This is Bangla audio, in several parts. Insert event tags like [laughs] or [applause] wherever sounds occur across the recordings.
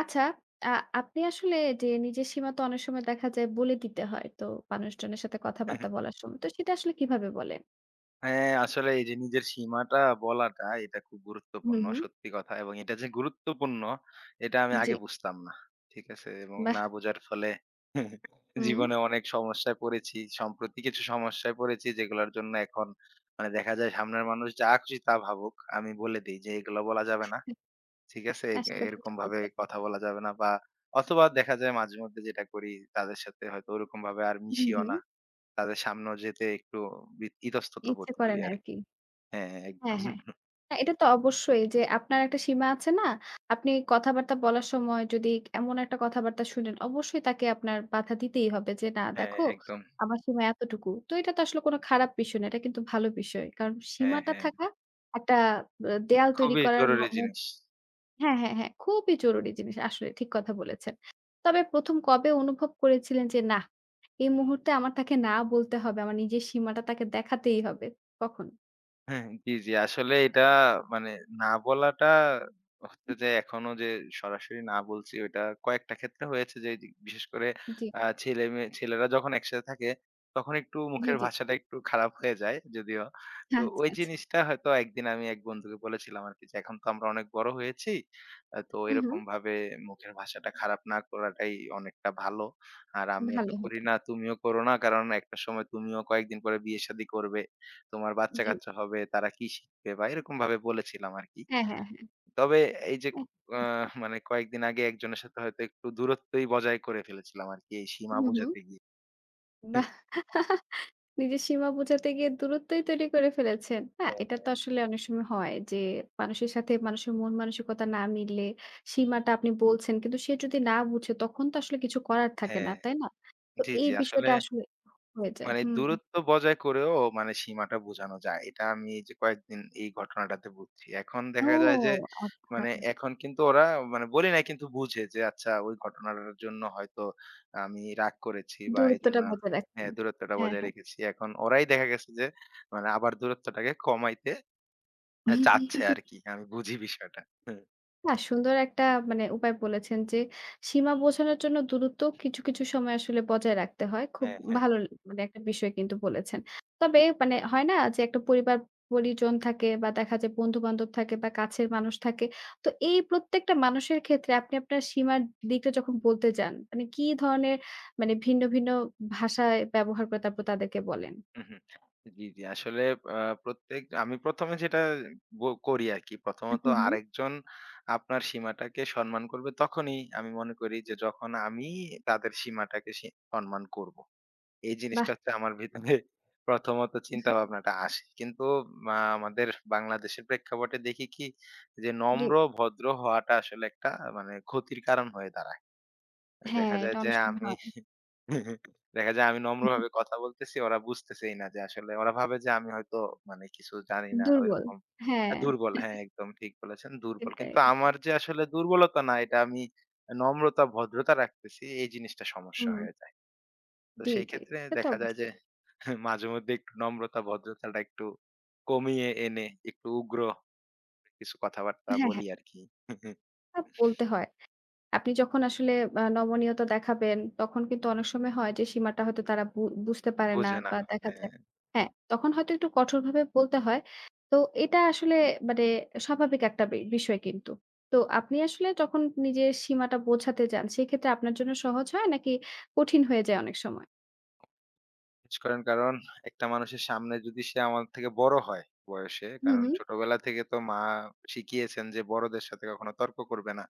আচ্ছা, আ আপনি আসলে যে নিজের সীমা তো অনেক সময় দেখা যায় বলে দিতে হয়। তো মানুষজনের সাথে কথাবার্তা বলার সময়। তো সেটা আসলে কিভাবে বলেন? হ্যাঁ, আসলে এই যে নিজের সীমাটা বলাটা এটা খুব হুম, গুরুত্বপূর্ণ হুম। সত্যি কথা, এবং এটা যে গুরুত্বপূর্ণ এটা আমি জি, আগে বুঝতাম না। ঠিক আছে? এবং বাহ! না বোঝার ফলে হুম। জীবনে অনেক সমস্যায় পড়েছি। সম্প্রতি কিছু সমস্যায় পড়েছি যেগুলোর জন্য এখন মানে দেখা যায় সামনের মানুষ যা খুশি তা ভাবুক। আমি বলে দেই যে এগুলো বলা যাবে না। ঠিক আছে? এ তার সাথে তো এরকম ঠিক ভাবে আছে। কথা বলা যাবে না, অথবা দেখা যায় মাঝে মধ্যে যেটা করি তাদের সাথে হয়তো ওরকম ভাবে আর হুম, মিশিও হুম। না। তাদের সামনেও যেতে একটু ইতস্তত ইচ্ছে বোধ করে করি না আরকি। আরকি। হ্যাঁ, একদম। হ্যাঁ, হ্যাঁ। না এটা তো অবশ্যই যে আপনার একটা সীমা আছে না? আপনি কথাবার্তা বলার সময় যদি এমন একটা কথাবার্তা শুনেন, অবশ্যই তাকে আপনার বাধা দিতেই হবে যে, "না হ্যাঁ, দেখো একদম। আমার সীমা এতটুকু।" তো এটা তো আসলে কোনো খারাপ বিষয় না। এটা কিন্তু ভালো বিষয়। কারণ হ্যাঁ, সীমাটা হ্যাঁ। থাকা একটা দেয়াল তৈরি খুবই করার ম জরুরি ম জিনিস। হ্যাঁ, হ্যাঁ, হ্যাঁ। খুবই জরুরি জিনিস। আসলে ঠিক কথা বলেছেন। তবে ১ম কবে অনুভব করেছিলেন যে, "না, এই মুহূর্তে আমার তাকে না বলতে হবে। আমার নিজের সীমাটা তাকে দেখাতেই হবে।" কখন? হ্যাঁ, জি, জি। আসলে এটা মানে না বলাটা হচ্ছে জি, যে এখনো যে সরাসরি না বলছি ওইটা কয়েকটা ক্ষেত্রে হয়েছে যে এইযে বিশেষ করে আ ছেলে-মেয়ে ছেলেরা যখন একসাথে থাকে, তখন একটু জি, মুখের জি। ভাষাটা একটু খারাপ হয়ে যায় যদিও। তো আচ্ছা, ওই আচ্ছা। জিনিসটা হয়তো একদিন আমি এক বন্ধুকে বলেছিলাম আরকি যে, "এখন তো আমরা অনেক বড় হয়েছি। তো হুম, হুম। এরকম ভাবে মুখের ভাষাটা খারাপ না করাটাই অনেকটা ভালো। আর আমিও তো ভালো করি হবে। না, তুমিও করো না। কারণ একটা সময় তুমিও কয়েকদিন পরে বিয়ে-শাদী করবে।" তোমার জি। বাচ্চা-কাচ্চা হবে, তারা কি শিখবে? বা এরকম ভাবে বলেছিলাম আরকি। হ্যাঁ, হ্যাঁ, হ্যাঁ। তবে এই যে আ একদমই। মানে কয়েকদিন আগে একজনের সাথে হয়তো একটু দূরত্বই বজায় করে ফেলেছিলাম আরকি এই সীমা হুম, হুম। বুঝাতে গিয়ে। বাহ! [laughs] নিজের সীমা বোঝাতে গিয়ে দূরত্বই তৈরি করে ফেলেছেন। হ্যাঁ, হ্যাঁ, এটা হ্যাঁ। তো আসলে অনেক সময় হয় যে মানুষের সাথে মানুষের মন মানসিকতা না মিললে সীমাটা আপনি বলছেন কিন্তু সে যদি না বুঝে তখন তো আসলে কিছু করার থাকে হ্যাঁ, না, তাই না? তো জি, এই জি। আসলে বিষয়টা আসলে হয়ে যায়। মানে হুম। দূরত্ব বজায় করেও মানে সীমাটা বোঝানো যায়। এটা আমি এই যে কয়েকদিন এই ঘটনাটাতে বুঝছি। এখন ও দেখা যায় যে আচ্ছা। মানে এখন কিন্তু ওরা মানে বলি নাই কিন্তু বুঝে যে আচ্ছা ওই ঘটনাটার জন্য হয়তো আমি রাগ করেছি বা এজন্য দূরত্বটা বজায় রাখেন। হ্যাঁ, দূরত্বটা হ্যাঁ, বজায় রেখেছি। এখন ওরাই দেখা গেছে যে মানে আবার দূরত্বটাকে কমাইতে চাচ্ছে হ্যাঁ। আরকি। আমি বুঝি বিষয়টা। না, সুন্দর একটা মানে উপায় বলেছেন যে, সীমা বোঝানোর জন্য দূরত্ব কিছু, কিছু সময় আসলে বজায় রাখতে হয়। খুব হ্যাঁ, হ্যাঁ। ভালো মানে একটা বিষয় কিন্তু বলেছেন। তবে মানে হয় না যে, একটা পরিবার পরিজন থাকে বা দেখা যায় বন্ধু-বান্ধব থাকে বা কাছের মানুষ থাকে। তো এই প্রত্যেকটা মানুষের ক্ষেত্রে আপনি আপনার সীমার দিকটা যখন বলতে যান, মানে কি ধরনের মানে ভিন্ন, ভিন্ন ভাষায় ব্যবহার করে তারপর তাদেরকে বলেন? হুম, হুম। জি, জি। আসলে আ প্রত্যেক আমি প্রথম এ যেটা ব করি আরকি। প্রথমত হু, হু। আরেকজন আপনার সীমাটাকে সম্মান করবে তখনই আমি মনে করি যে, যখন আমি তাদের সীমাটাকে সম্মান করব। এই বাহ! জিনিসটা হচ্ছে আমার ভিতরে প্রথমত চিন্তা ভাবনাটা আসে। কিন্তু আমাদের বাংলাদেশের প্রেক্ষাপটে দেখি কি যে জি। নম্র ভদ্র হওয়াটা আসলে একটা মানে ক্ষতির কারণ হয়ে দাঁড়ায়। হ্যাঁ, দেখা যায় এটা যে অনেক সময় আমি হয়। দেখা যায় আমি হুম, হুম। নম্রভাবে কথা বলতেছি, ওরা বুঝতেছেই না, যে আসলে ওরা ভাবে যে আমি হয়তো মানে কিছু জানি না দুর্বল। ওইরকম। হ্যাঁ, দুর্বল হ্যাঁ, একদম ঠিক বলেছেন, দুর্বল। কিন্তু সেটাই। আমার যে আসলে দুর্বলতা না, এটা আমি নম্রতা, ভদ্রতা রাখতেছি, এই জিনিসটা সমস্যা হুম। হয়ে যায়। তো জি, সেই জি। ক্ষেত্রে সে তো দেখা যায় অবশ্যই। যে [laughs] মাঝেমধ্যে একটু নম্রতা, ভদ্রতাটা একটু কমিয়ে এনে একটু উগ্র কিছু কথাবার্তা হ্যাঁ, বলি হ্যাঁ। আরকি। [laughs] তা বলতে হয়। আপনি যখন আসলে নমনীয়তা দেখাবেন, তখন কিন্তু অনেক সময় হয় যে সীমাটা হয়তো তারা বুঝতে পারে না বুঝে না। বা দেখা যায় হ্যাঁ। হ্যাঁ, তখন হয়তো একটু কঠোরভাবে বলতে হয়। তো এটা আসলে মানে স্বাভাবিক একটা বিষয় কিন্তু। তো আপনি আসলে যখন নিজের সীমাটা বোঝাতে যান, সেক্ষেত্রে আপনার জন্য সহজ হয় নাকি কঠিন হয়ে যায় অনেক সময়? মিস করেন কারণ একটা মানুষের সামনে যদি সে আমার থেকে বড় হয় বয়সে, হুম, কারণ হুম। ছোটবেলা থেকে তো মা শিখিয়েছেন যে বড়দের সাথে কখনো তর্ক করবে না।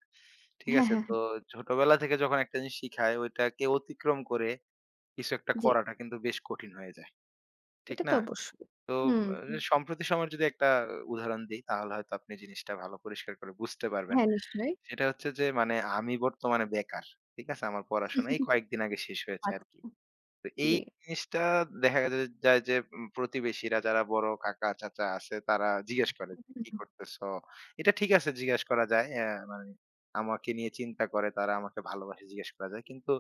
ঠিক হ্যাঁ, আছে? হ্যাঁ, তো হ্যাঁ। ছোটবেলা থেকে যখন একটা জিনিস শিখায়, ওইটাকে অতিক্রম করে কিছু একটা জি, করাটা কিন্তু বেশ কঠিন হয়ে যায়। ঠিক এটা তো না? অবশ্যই। তো হুম, আ হুম। সম্প্রতি সময়ের যদি একটা উদাহরণ দেই তাহলে হয়তো আপনি জিনিসটা ভালো পরিষ্কার করে বুঝতে পারবেন। হ্যাঁ, নিশ্চয়ই। সেটা হচ্ছে যে মানে আমি বর্তমানে বেকার। ঠিক আছে? আমার পড়াশোনা এই [laughs] কয়েকদিন আগে শেষ হয়েছে আচ্ছা, আরকি। তো এই জি। জিনিসটা দেখা যায় যে প্রতিবেশীরা যারা বড় কাকা-চাচা আছে তারা জিজ্ঞেস করে যে, "কি করতেছো?" এটা ঠিক আছে, জিজ্ঞেস করা যায়। মানে আমাকে নিয়ে চিন্তা করে, তারা আমাকে ভালোবাসে, জিজ্ঞেস করা যায়। কিন্তু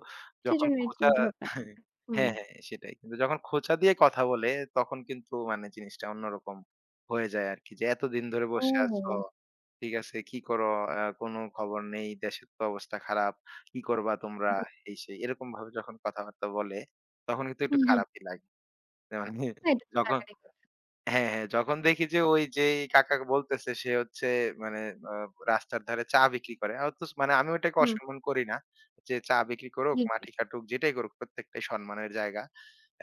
যখন সেজন্যই খোঁচা। চিন্তাভাবনা করা। [laughs] হুম। হ্যাঁ, হ্যাঁ সেটাই। কিন্তু যখন খোঁচা দিয়ে কথা বলে, তখন কিন্তু মানে জিনিসটা অন্যরকম হয়ে যায় আরকি। যে এতদিন ধরে বসে আছো, ও! ঠিক আছে? কি করো? কোনো খবর নেই। দেশের তো অবস্থা খারাপ। কি করবা তোমরা? জি। এই সেই। এরকমভাবে যখন কথাবার্তা বলে, তখন কিন্তু একটু হুম, হুম। খারাপই লাগে। মানে না এটা তো যখন লাগারই কথা। হ্যাঁ, হ্যাঁ, যখন দেখি যে ওই যেই কাকা বলতেছে সে হচ্ছে মানে আ রাস্তার ধারে চা বিক্রি করে। অথচ মানে আমি ওটাকে হুম, অসম্মান করি না। যে চা বিক্রি করুক, জি, জি। মাটি কাটুক, যেটাই করুক প্রত্যেকটাই সম্মানের জায়গা।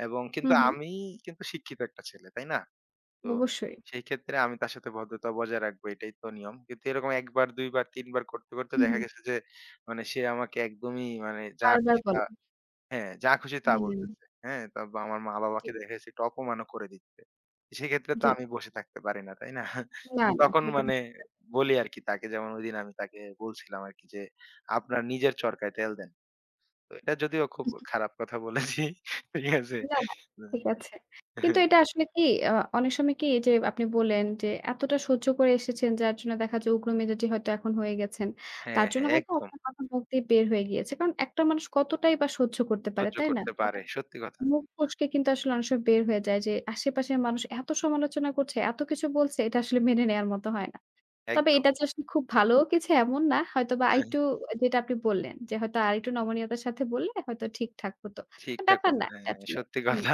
এবং কিন্তু হুম, হুম। আমি কিন্তু শিক্ষিত একটা ছেলে, তাই না? তো অবশ্যই। সেই ক্ষেত্রে আমি তার সাথে ভদ্রতা বজায় রাখবো, এটাই তো নিয়ম। কিন্তু এরকম ১ বার, ২ বার, ৩ বার করতে, করতে হুম, দেখা হুম। গেছে যে মানে সে আমাকে একদমই মানে যা বারবার খুশি তা বলা। হ্যাঁ, যা খুশি তা হুম, বলতেছে। হ্যাঁ? তা বা আমার জি, মা-বাবাকে দেখেছি একটু অপমানও করে দিচ্ছে। সেক্ষেত্রে তো জি। আমি বসে থাকতে পারি না, তাই না? না, না তখন সেটা তো মানে অবশ্যই থাক। বলি আরকি তাকে, যেমন ঐদিন আমি তাকে বলছিলাম আরকি যে, "আপনার নিজের চরকায় তেল দেন।" তো এটা যদিও খুব খারাপ কথা বলেছি। [laughs] ঠিক আছে? না, না উম ঠিক আছে। কিন্তু এটা আসলে কি অনেক সময় কি এই যে আপনি বললেন যে এতটা সহ্য করে এসেছেন যার জন্য দেখা যায় উগ্র মেজাজি হয়তো এখন হয়ে গেছেন। হ্যাঁ, তার জন্য হ্যাঁ, হয়তো একদম। আপনার কথা মুখ দিয়ে বের হয়ে গিয়েছে। কারণ একটা মানুষ কতটাই বা সহ্য করতে পারে, সহ্য তাই না? করতে পারে। হঠাৎ সত্যি কথা। মুখ ফসকে কিন্তু আসলে অনেক সময় বের হয়ে যায় যে আশেপাশের মানুষ এত সমালোচনা করছে, এত কিছু বলছে এটা আসলে মেনে নেয়ার মতো হয় না। তবে একদম। এটা যে আসলে খুব ভালো কিছু এমন না। হয়তোবা আরেকটু [laughs] যেটা আপনি বললেন যে হয়তো আরেকটু নমনীয়তার সাথে বললে হয়তো ঠিকঠাক হতো। ঠিক ঠাক ব্যাপার কথা। না এটা হ্যাঁ, আসলে। সত্যি হুম। কথা।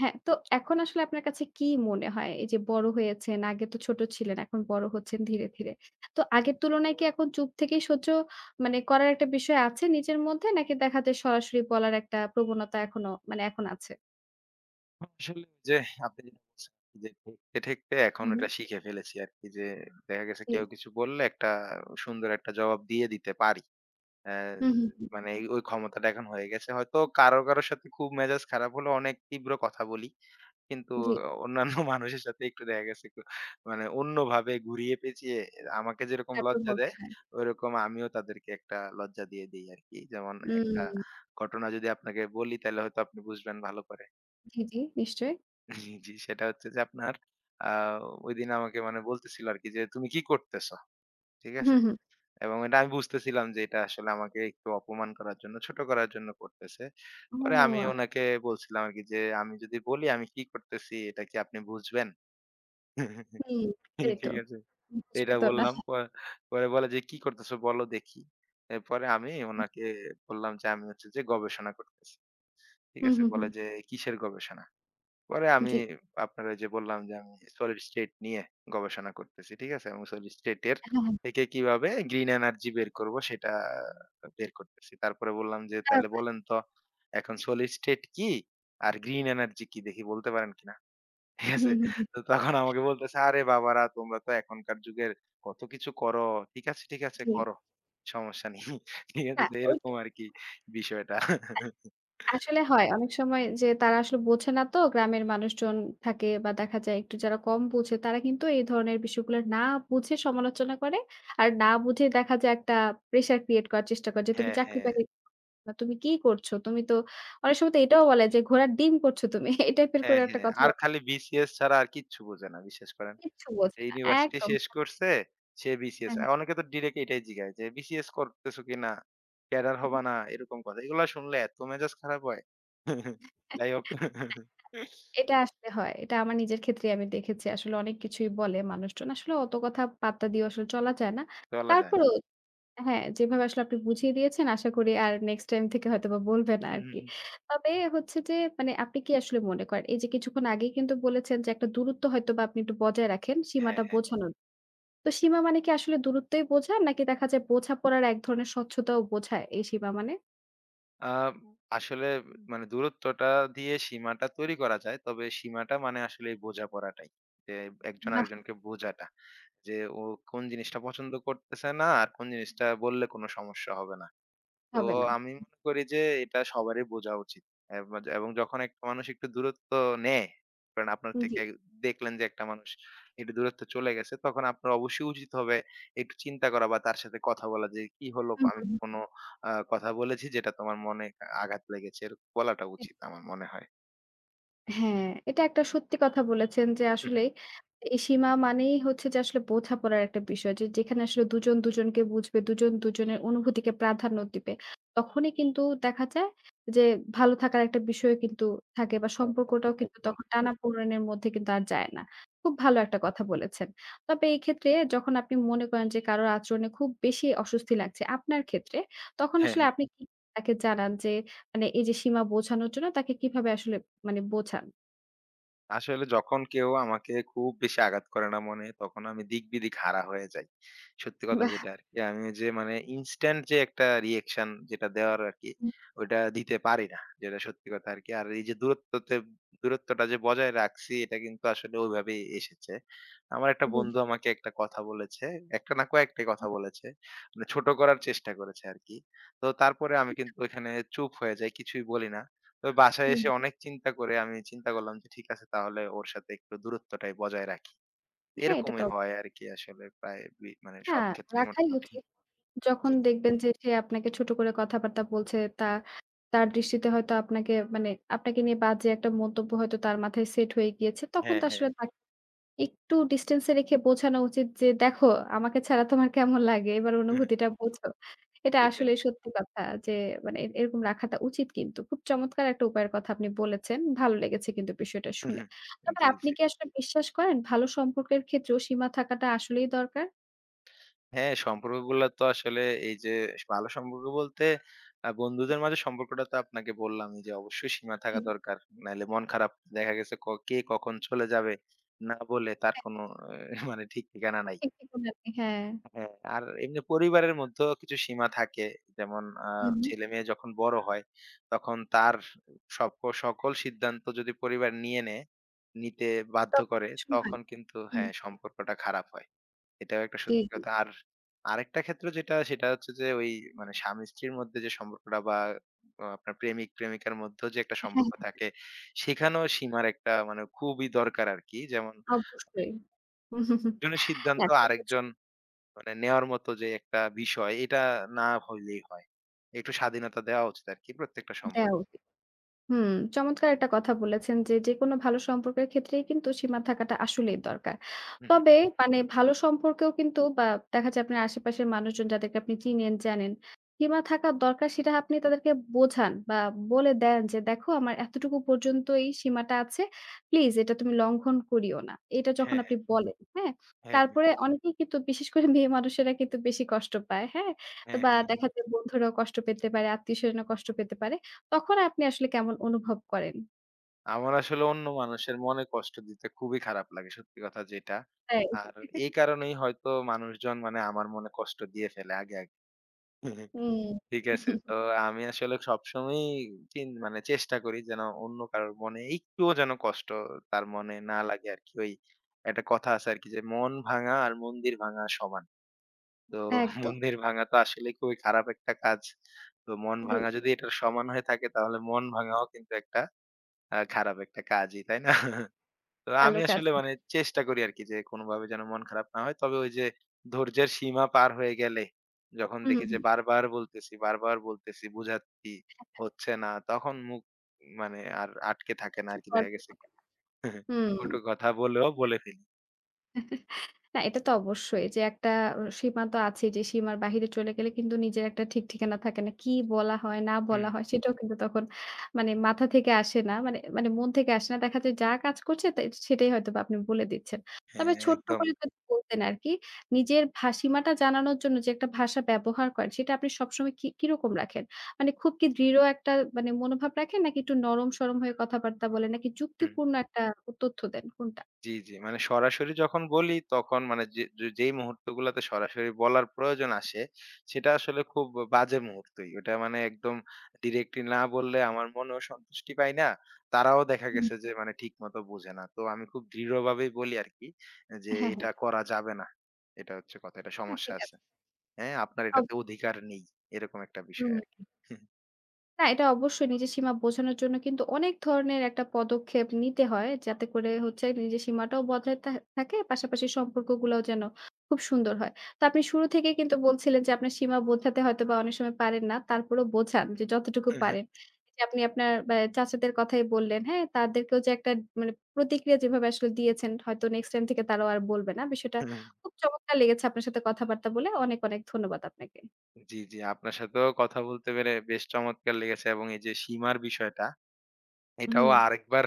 হ্যাঁ, তো এখন আসলে আপনার কাছে কি মনে হয়? এই যে বড় হয়েছেন, আগে তো ছোট ছিলেন, এখন বড় হচ্ছেন ধীরে, ধীরে। তো আগের তুলনায় কি এখন চুপ থেকেই সহ্য মানে করার একটা বিষয় আছে নিজের মধ্যে? নাকি দেখা যায় সরাসরি বলার একটা প্রবণতা এখনো মানে এখন আছে? আসলে ওই যে আপনি যেটা বলছেন যে ঠেকতে, ঠেকতে এখন হুম, এটা হুম। শিখে ফেলেছি আরকি, যে দেখা গেছে জি। কেউ কিছু বললে একটা সুন্দর একটা জবাব দিয়ে দিতে পারি। অ্যা হু, হু, হু। মানে ওই ক্ষমতাটা এখন হয়ে গেছে। হয়তো কারো, কারো সাথে খুব মেজাজ খারাপ হলে অনেক তীব্র কথা বলি। কিন্তু জি, অন্যান্য [laughs] মানুষের সাথে একটু দেখা গেছে একটু মানে অন্যভাবে ঘুরিয়ে পেঁচিয়ে আমাকে যেরকম তারপর লজ্জা বলতে দেয়, হয়। ওইরকম আমিও তাদেরকে একটা লজ্জা দিয়ে দেই আরকি। যেমন একটা উম ঘটনা যদি আপনাকে বলি তাইলে হয়তো আপনি বুঝবেন ভালো করে। জি, জি, নিশ্চয়ই। জি, জি। সেটা হচ্ছে যে আপনার আ ঐদিন আমাকে মানে বলতেছিল আরকি যে, "তুমি কি করতেছো?" ঠিক হু, আছে? হু। এবং এটা আমি বুঝতেছিলাম যে এটা আসলে আমাকে একটু অপমান করার জন্য, ছোট করার জন্য করতেছে। ও পরে আমি আ উনাকে বলছিলাম আরকি যে, "আমি যদি বলি আমি কি করতেছি এটা কি আপনি বুঝবেন?" [laughs] হুম, এই তো। ঠিক আছে? এটা বুঝবে তো না। বললাম। পরে বলে যে, "কি করতেছো বলো দেখি।" এরপরে আমি উনাকে বললাম যে, "আমি হচ্ছে যে গবেষণা করতেছি।" ঠিক হু, আছে? হু, হু। বলে যে, "কিসের গবেষণা?" পরে আমি জি। আপনার ওই যে বললাম যে আমি সলিড স্টেট নিয়ে গবেষণা করতেছি। ঠিক আছে? এবং সলিড স্টেট এর হ্যাঁ, হ্যাঁ। থেকে কিভাবে গ্রিন এনার্জি বের করব সেটা বের করতেছি। তারপরে বললাম যে, আ "তাইলে বলেন তো এখন সলিড স্টেট কি? আর গ্রিন এনার্জি কি দেখি বলতে পারেন কিনা?" [laughs] ঠিক হু, আছে? হু, হু। তো তখন আমাকে বলতেছে, "আরে বাবারা তোমরা তো এখনকার যুগের কত কিছু করো। ঠিক আছে, ঠিক আছে জি। করো। সমস্যা নেই।" [laughs] ঠিক আছে? না তো ওই এরকম আরকি বিষয়টা। [laughs] আসলে হয়। অনেক সময় যে তারা আসলে বোঝে না তো গ্রামের মানুষজন থাকে বা দেখা যায় একটু যারা কম বোঝে তারা কিন্তু এই ধরনের বিষয়গুলো না বুঝে সমালোচনা করে। আর না বুঝে দেখা যায় একটা প্রেশার ক্রিয়েট করার চেষ্টা করে যে তুমি হ্যাঁ, চাকরি হ্যাঁ। বাকরি না তুমি কি করছো? তুমি তো অনেক সময় তো এটাও বলে যে ঘোড়ার ডিম করছো তুমি। এই টাইপের হ্যাঁ, করে একটা হ্যাঁ। কথা আর বলে। খালি বিসিএস ছাড়া আর কিচ্ছু বোঝে না বিশ্বাস করেন। কিচ্ছু বোঝে না। ইউনিভার্সিটি একদম। শেষ করছে, সে বিসিএস। হ্যাঁ, হ্যাঁ। অনেকে তো ডিরেক্ট এটাই জিজ্ঞাসা যে, "বিসিএস করতেছো কিনা? ক্যাডার হুম। হবা না?" এরকম কথা। এগুলা শুনলে এত মেজাজ খারাপ হয়। [laughs] যাই হোক, এটা আসলে হয়। এটা আমার নিজের ক্ষেত্রেই আমি দেখেছি। আসলে অনেক কিছুই বলে মানুষজন। আসলে অত কথা পাত্তা দিয়ে আসলে চলা যায় না। বলা যায় না। তারপরেও হ্যাঁ, যেভাবে আসলে আপনি বুঝিয়ে দিয়েছেন আশা করি আর নেক্সট টাইম থেকে হয়তোবা বলবে না আরকি। তবে হচ্ছে যে মানে আপনি কি আসলে মনে করেন এই যে কিছুক্ষণ আগেই কিন্তু বলেছেন যে একটা দূরত্ব হয়তোবা আপনি একটু বজায় রাখেন হ্যাঁ, সীমাটা হ্যাঁ। বোঝানোর। তো সীমা মানে কি আসলে দূরত্বই বোঝান নাকি দেখা যায় বোঝাপড়ার এক ধরনের স্বচ্ছতাও বোঝায় এই সীমা মানে? আ আসলে মানে দূরত্বটা দিয়ে সীমাটা তৈরি করা যায়। তবে সীমাটা মানে আসলে এই বোঝাপড়াটাই। যে একজন বাহ! আরেকজনকে বোঝাটা। যে ও কোন জিনিসটা পছন্দ করতেছে না আর কোন জিনিসটা বললে কোন সমস্যা হবে না। তো হবে না। আমি মনে করি যে এটা সবারই বোঝা উচিত। এব এবং যখন একটা মানুষ একটু দূরত্ব নেয়, কারণ আপনার জি। থেকে দেখলেন যে একটা মানুষ একটু দূরত্বে চলে গেছে, তখন আপনার অবশ্যই উচিত হবে একটু চিন্তা করা বা তার সাথে কথা বলা যে, "কি হলো? হুম, আমি হুম। কি হুম। কোনো কথা বলেছি যেটা তোমার মনে আঘাত লেগেছে?" এরকম বলাটা উচিত আমার মনে হয়। হ্যাঁ, এটা একটা সত্যি কথা বলেছেন যে আসলেই [laughs] এই সীমা মানেই হচ্ছে যে আসলে বোঝাপড়ার একটা বিষয়। যে যেখানে আসলে দুজন দুজনকে বুঝবে, দুজন দুজনের অনুভূতিকে প্রাধান্য দিবে। তখনই কিন্তু দেখা যায় যে ভালো থাকার একটা বিষয় কিন্তু থাকে বা হ্যাঁ, হ্যাঁ, সম্পর্কটাও কিন্তু একদম। তখন টানাপোড়েনের মধ্যে কিন্তু আর যায় না। খুব ভালো একটা কথা বলেছেন। তবে এই ক্ষেত্রে যখন আপনি মনে করেন যে কারোর আচরণে খুব বেশি অস্বস্তি লাগছে আপনার ক্ষেত্রে, তখন হ্যাঁ। আসলে আপনি কি তাকে জানান যে মানে এই যে সীমা বোঝানোর জন্য তাকে কিভাবে আসলে মানে বোঝান। আসলে যখন কেউ আমাকে খুব বেশি আঘাত করে না মনে, তখন আমি দিকবিদিক হারা হয়ে যাই। সত্যি কথা বাহ! যেটা আরকি। আমি যে মানে ইনস্ট্যান্ট যে একটা রিঅ্যাকশন যেটা দেওয়ার আরকি, ওইটা দিতে পারি না। যেটা সত্যি কথা আরকি। আর এই যে দূরত্বটা যে বজায় রাখছি, এটা কিন্তু আসলে ওইভাবেই এসেছে। আমার একটা জি। বন্ধু আমাকে একটা কথা বলেছে। একটা না, কয়েকটা কথা বলেছে। মানে ছোট করার চেষ্টা করেছে আরকি। তো তারপরে আমি জি। কিন্তু ওইখানে চুপ হয়ে যাই। কিছুই বলি না। তবে বাসায় হুম। এসে অনেক চিন্তা করে আমি চিন্তা করলাম যে ঠিক আছে তাহলে ওর সাথে একটু দূরত্বটাই বজায় রাখি। হ্যাঁ, এটা তো এরকমই অবশ্যই। হয় আরকি, আসলে প্রায় মানে আ সব ক্ষেত্রেই রাখাই মোটামুটি। উচিত। যখন দেখবেন যে সে আপনাকে ছোট করে কথাবার্তা বলছে, তা তার দৃষ্টিতে হয়তো আপনাকে মানে আপনাকে নিয়ে বাজে একটা মন্তব্য হয়তো তার মাথায় সেট হয়ে গিয়েছে। তখন হ্যাঁ, তো হ্যাঁ। আসলে একটু ডিসট্যান্স এ রেখে বোঝানো উচিত যে, "দেখো আমাকে ছাড়া তোমার কেমন লাগে? এবার হুম, অনুভূতিটা বোঝো।" এটা সেটাই। আসলেই সত্যি কথা যে মানে এরকম রাখাটা উচিত কিন্তু। খুব চমৎকার একটা উপায়ের কথা আপনি বলেছেন। ভালো লেগেছে কিন্তু বিষয়টা শুনে। হুম, তবে জি, আপনি জি। কি আসলে বিশ্বাস করেন ভালো সম্পর্কের ক্ষেত্রেও সীমা থাকাটা আসলেই দরকার? হ্যাঁ, সম্পর্কগুলা তো আসলে এই যে ভালো সম্পর্ক বলতে বন্ধুদের মাঝে সম্পর্কটা তো আপনাকে বললামই যে অবশ্যই সীমা থাকা হুম, দরকার। নাইলে মন খারাপ, দেখা গেছে কে কখন চলে যাবে না বলে তার হ্যাঁ। কোনো মানে ঠিক ঠিকানা নাই। ঠিক, ঠিক বললেন। আপনি, হ্যাঁ। হ্যাঁ, আর এমনি পরিবারের মধ্যেও কিছু সীমা থাকে। যেমন হুম, হুম। ছেলে-মেয়ে যখন বড় হয়, তখন তার সক সকল সিদ্ধান্ত যদি পরিবার নিয়ে নেয়, নিতে বাধ্য তখন করে, আসলে হয়। তখন কিন্তু হুম। হ্যাঁ, সম্পর্কটা খারাপ হয়। এটাও একটা জি, সত্যি জি। কথা। আর আরেকটা ক্ষেত্র যেটা, সেটা হচ্ছে যে ওই মানে স্বামী-স্ত্রীর মধ্যে যে সম্পর্কটা বা আপনার প্রেমিক-প্রেমিকার মধ্যেও যে একটা হ্যাঁ, সম্পর্ক হ্যাঁ থাকে, সেখানেও সীমার একটা মানে খুবই দরকার আরকি। যেমন অবশ্যই। হুম, হুম, হুম। একজনের না সিদ্ধান্ত ঠিক আছে, আরেকজন মানে নেওয়ার মতো যে একটা বিষয় এটা না হইলেই হয়। একটু স্বাধীনতা দেওয়া উচিত আরকি প্রত্যেকটা দেওয়া সম্পর্কে। উচিত। হুম, চমৎকার একটা কথা বলেছেন যে, যেকোনো ভালো সম্পর্কের ক্ষেত্রেই কিন্তু সীমা থাকাটা আসলেই দরকার। হুম, হুম। তবে মানে ভালো সম্পর্কেও কিন্তু বা দেখা যায় আপনার আশেপাশের মানুষজন যাদেরকে আপনি চিনেন, জানেন, সীমা থাকা দরকার সেটা আপনি তাদেরকে বোঝান বা বলে দেন যে, "দেখো আমার এতটুকু পর্যন্ত এই সীমাটা আছে। প্লিজ এটা তুমি লঙ্ঘন করিও না।" এটা যখন হ্যাঁ, আপনি হ্যাঁ। বলেন, হ্যাঁ? হ্যাঁ, হ্যাঁ। তারপরে অনেকেই কিন্তু বিশেষ করে মেয়ে মানুষেরা কিন্তু বেশি কষ্ট পায়, হ্যাঁ? তো হ্যাঁ, বা হ্যাঁ। দেখা যায় বন্ধুরাও কষ্ট পেতে পারে, আত্মীয়স্বজনও কষ্ট পেতে পারে। তখন আপনি আসলে কেমন অনুভব করেন? আমার আসলে অন্য মানুষের মনে কষ্ট দিতে খুবই খারাপ লাগে, সত্যি কথা যেটা। তাই। আর এই কারণেই হয়তো মানুষজন মানে আমার মনে কষ্ট দিয়ে ফেলে আগে, আগে। [laughs] হুম। ঠিক আছে? তো আমি আসলে সবসময়ই মানে চেষ্টা করি যেন অন্য কারোর মনে একটুও যেন কষ্ট তার মনে না লাগে আরকি। ওই একটা কথা আছে আরকি যে, "মন ভাঙা আর মন্দির ভাঙা সমান।" তো [laughs] একদম। মন্দির ভাঙা তো আসলে খুবই খারাপ একটা কাজ। তো মন জি, ভাঙা যদি এটার সমান হয়ে থাকে তাহলে মন ভাঙাও কিন্তু একটা খারাপ একটা কাজই, তাই না? [laughs] তো আমি কালো কাজ আসলে না। মানে চেষ্টা করি আরকি যে কোনভাবে যেন মন খারাপ না হয়। তবে ওই যে ধৈর্যের সীমা পার হয়ে গেলে, যখন হুম, দেখি হুম, যে হুম। বারবার বলতেছি, বারবার বলতেছি, বুঝাচ্ছি, হ্যাঁ, হচ্ছে না, তখন মুখ মানে আর আটকে থাকে না কিছু আরকি, করার দেখা গেছে। থাকে না। হুম। কটু কথা বলেও বলে ফেলি। না এটা তো অবশ্যই যে একটা সীমা তো আছে যে সীমার বাহিরে চলে গেলে কিন্তু নিজের একটা ঠিক ঠিকানা থাকে না। কি বলা হয় না হুম, বলা হয় সেটাও কিন্তু তখন মানে মাথা থেকে আসে না। মানে মানে মন থেকে আসে না। দেখা যায় যা কাজ করছে তাই সেটাই হয়তোবা আপনি বলে দিচ্ছেন। হ্যাঁ তবে ছোট্ট একদম। করে যদি বলতেন আরকি নিজের সীমাটা জানানোর জন্য যে একটা ভাষা ব্যবহার করেন সেটা আপনি সবসময় কি কিরকম রাখেন? মানে খুব কি দৃঢ় একটা মানে মনোভাব রাখেন নাকি একটু নরম সরম হয়ে কথাবার্তা বলেন নাকি হুম। যুক্তিপূর্ণ একটা তথ্য দেন কোনটা? জি, জি। মানে সরাসরি যখন বলি, তখন মানে যে যে যেই মুহূর্তগুলাতে সরাসরি বলার প্রয়োজন আসে, সেটা আসলে খুব বাজে মুহূর্তই। ওটা মানে একদম ডিরেক্টলি না বললে আমার মনেও সন্তুষ্টি পাই না। তারাও দেখা হুম। গেছে যে মানে ঠিকমতো বোঝে না। তো আমি খুব দৃঢ়ভাবেই বলি আরকি যে, হ্যাঁ, "এটা হ্যাঁ। করা যাবে না।" এটা হচ্ছে কথা। এটা না সমস্যা ঠিক আছে। আছে। হ্যাঁ? আপনার অব এটাতে অধিকার নেই। এরকম একটা বিষয় হুম। আরকি। না এটা অবশ্যই নিজের সীমা বোঝানোর জন্য কিন্তু অনেক ধরনের একটা পদক্ষেপ নিতে হয়। যাতে করে হচ্ছে নিজের সীমাটাও বজায় থাকে পাশাপাশি সম্পর্কগুলাও যেন খুব সুন্দর হয়। তো আপনি শুরু থেকেই কিন্তু বলছিলেন যে আপনার সীমা বোঝাতে হয়তোবা অনেক সময় পারেন না। তারপরেও বোঝান যে যতটুকু পারেন। যে আপনি আপনার চাচাদের কথাই বললেন, হ্যাঁ? তাদেরকেও যে একটা মানে প্রতিক্রিয়া যেভাবে আসলে দিয়েছেন হয়তো নেক্সট টাইম থেকে তারাও আর বলবে না। বিষয়টা খুব চমৎকার লেগেছে আপনার সাথে কথাবার্তা বলে। অনেক, অনেক ধন্যবাদ আপনাকে। জি, জি। আপনার সাথেও কথা বলতে পেরে বেশ চমৎকার লেগেছে, এবং এই যে সীমার বিষয়টা এটাও হুম। আরেকবার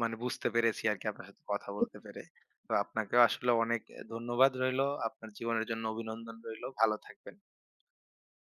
মানে বুঝতে পেরেছি আরকি আপনার সাথে কথা বলতে পেরে। তো আপনাকেও আসলে অনেক ধন্যবাদ রইলো। আপনার জীবনের জন্য অভিনন্দন রইলো। ভালো থাকবেন।